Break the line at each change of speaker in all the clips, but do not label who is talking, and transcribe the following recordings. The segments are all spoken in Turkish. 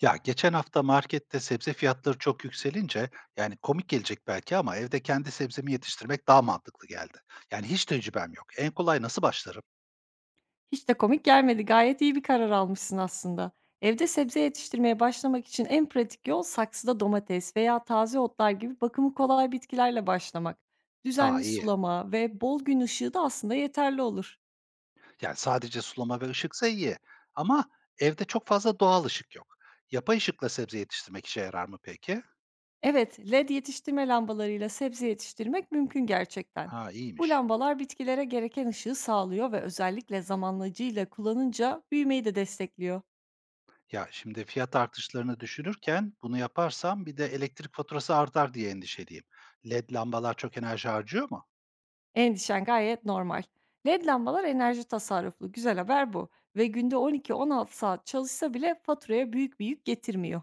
Ya geçen hafta markette sebze fiyatları çok yükselince yani komik gelecek belki ama evde kendi sebzemi yetiştirmek daha mantıklı geldi. Yani hiç tecrübem yok. En kolay nasıl başlarım?
Hiç de komik gelmedi. Gayet iyi bir karar almışsın aslında. Evde sebze yetiştirmeye başlamak için en pratik yol saksıda domates veya taze otlar gibi bakımı kolay bitkilerle başlamak.
Aa,
Düzenli
iyi.
sulama ve bol gün ışığı da aslında yeterli olur.
Yani sadece sulama ve ışıksa iyi. Ama evde çok fazla doğal ışık yok. Yapay ışıkla sebze yetiştirmek işe yarar mı peki?
Evet, LED yetiştirme lambalarıyla sebze yetiştirmek mümkün gerçekten.
Ha,
Bu
iyiymiş.
lambalar bitkilere gereken ışığı sağlıyor ve özellikle zamanlayıcı ile kullanınca büyümeyi de destekliyor.
Ya şimdi fiyat artışlarını düşünürken bunu yaparsam bir de elektrik faturası artar diye endişeliyim. LED lambalar çok enerji harcıyor mu?
Endişen gayet normal. LED lambalar enerji tasarruflu. Güzel haber bu. Ve günde 12-16 saat çalışsa bile faturaya büyük bir yük getirmiyor.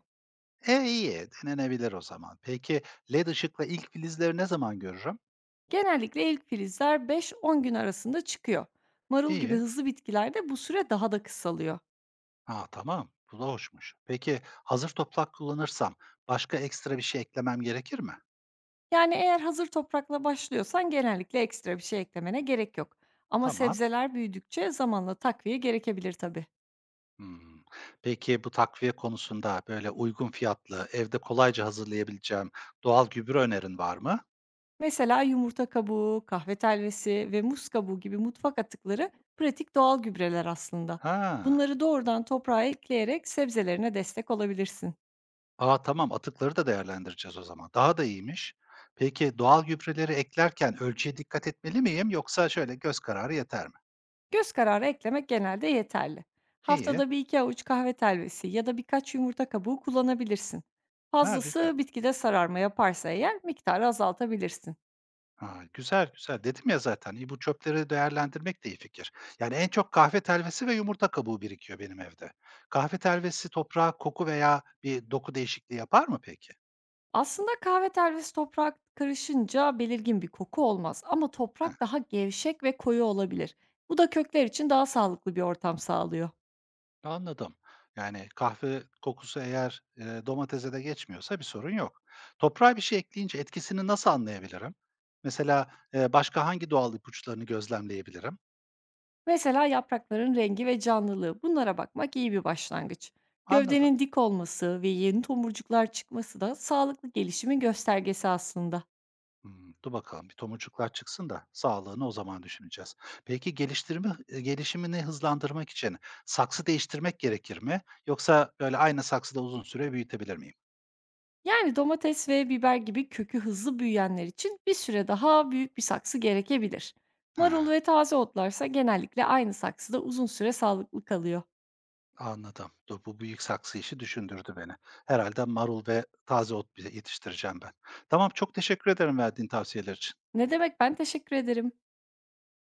E, iyi, denenebilir o zaman. Peki led ışıkla ilk filizleri ne zaman görürüm?
Genellikle ilk filizler 5-10 gün arasında çıkıyor. Marul gibi
İyi.
hızlı bitkilerde bu süre daha da kısalıyor.
Ha, tamam. Bu da hoşmuş. Peki hazır toprak kullanırsam başka ekstra bir şey eklemem gerekir mi?
Yani eğer hazır toprakla başlıyorsan genellikle ekstra bir şey eklemene gerek yok. Ama
Tamam.
sebzeler büyüdükçe zamanla takviye gerekebilir tabii.
Hmm. Peki bu takviye konusunda böyle uygun fiyatlı, evde kolayca hazırlayabileceğim doğal gübre önerin var mı?
Mesela yumurta kabuğu, kahve telvesi ve muz kabuğu gibi mutfak atıkları pratik doğal gübreler aslında.
Ha.
Bunları doğrudan toprağa ekleyerek sebzelerine destek olabilirsin.
Aa, tamam, atıkları da değerlendireceğiz o zaman. Daha da iyiymiş. Peki doğal gübreleri eklerken ölçüye dikkat etmeli miyim yoksa şöyle göz kararı yeter mi?
Göz kararı eklemek genelde yeterli.
İyi.
Haftada bir iki avuç kahve telvesi ya da birkaç yumurta kabuğu kullanabilirsin.
Ha, güzel.
Fazlası bitkide sararma yaparsa eğer miktarı azaltabilirsin.
Ha, güzel, güzel. Dedim ya zaten, bu çöpleri değerlendirmek de iyi fikir. Yani en çok kahve telvesi ve yumurta kabuğu birikiyor benim evde. Kahve telvesi toprağa koku veya bir doku değişikliği yapar mı peki?
Aslında kahve telvesi toprak karışınca belirgin bir koku olmaz ama
Heh,
toprak daha gevşek ve koyu olabilir. Bu da kökler için daha sağlıklı bir ortam sağlıyor.
anladım. Yani kahve kokusu eğer, domatese de geçmiyorsa bir sorun yok. Toprağa bir şey ekleyince etkisini nasıl anlayabilirim? Mesela, başka hangi doğal ipuçlarını gözlemleyebilirim?
Mesela yaprakların rengi ve canlılığı bunlara bakmak iyi bir başlangıç.
Anladım.
Gövdenin dik olması ve yeni tomurcuklar çıkması da sağlıklı gelişimin göstergesi aslında.
Hımm, dur bakalım, bir tomurcuklar çıksın da sağlığını o zaman düşüneceğiz. Peki geliştirme gelişimini hızlandırmak için saksı değiştirmek gerekir mi yoksa böyle aynı saksıda uzun süre büyütebilir miyim?
Yani domates ve biber gibi kökü hızlı büyüyenler için bir süre daha büyük bir saksı gerekebilir. Marul
Ha,
ve taze otlarsa genellikle aynı saksıda uzun süre sağlıklı kalıyor.
anladım. Dur, bu büyük saksı işi düşündürdü beni. Herhalde marul ve taze ot bile yetiştireceğim ben. Tamam, çok teşekkür ederim verdiğin tavsiyeler için.
Ne demek, ben teşekkür ederim.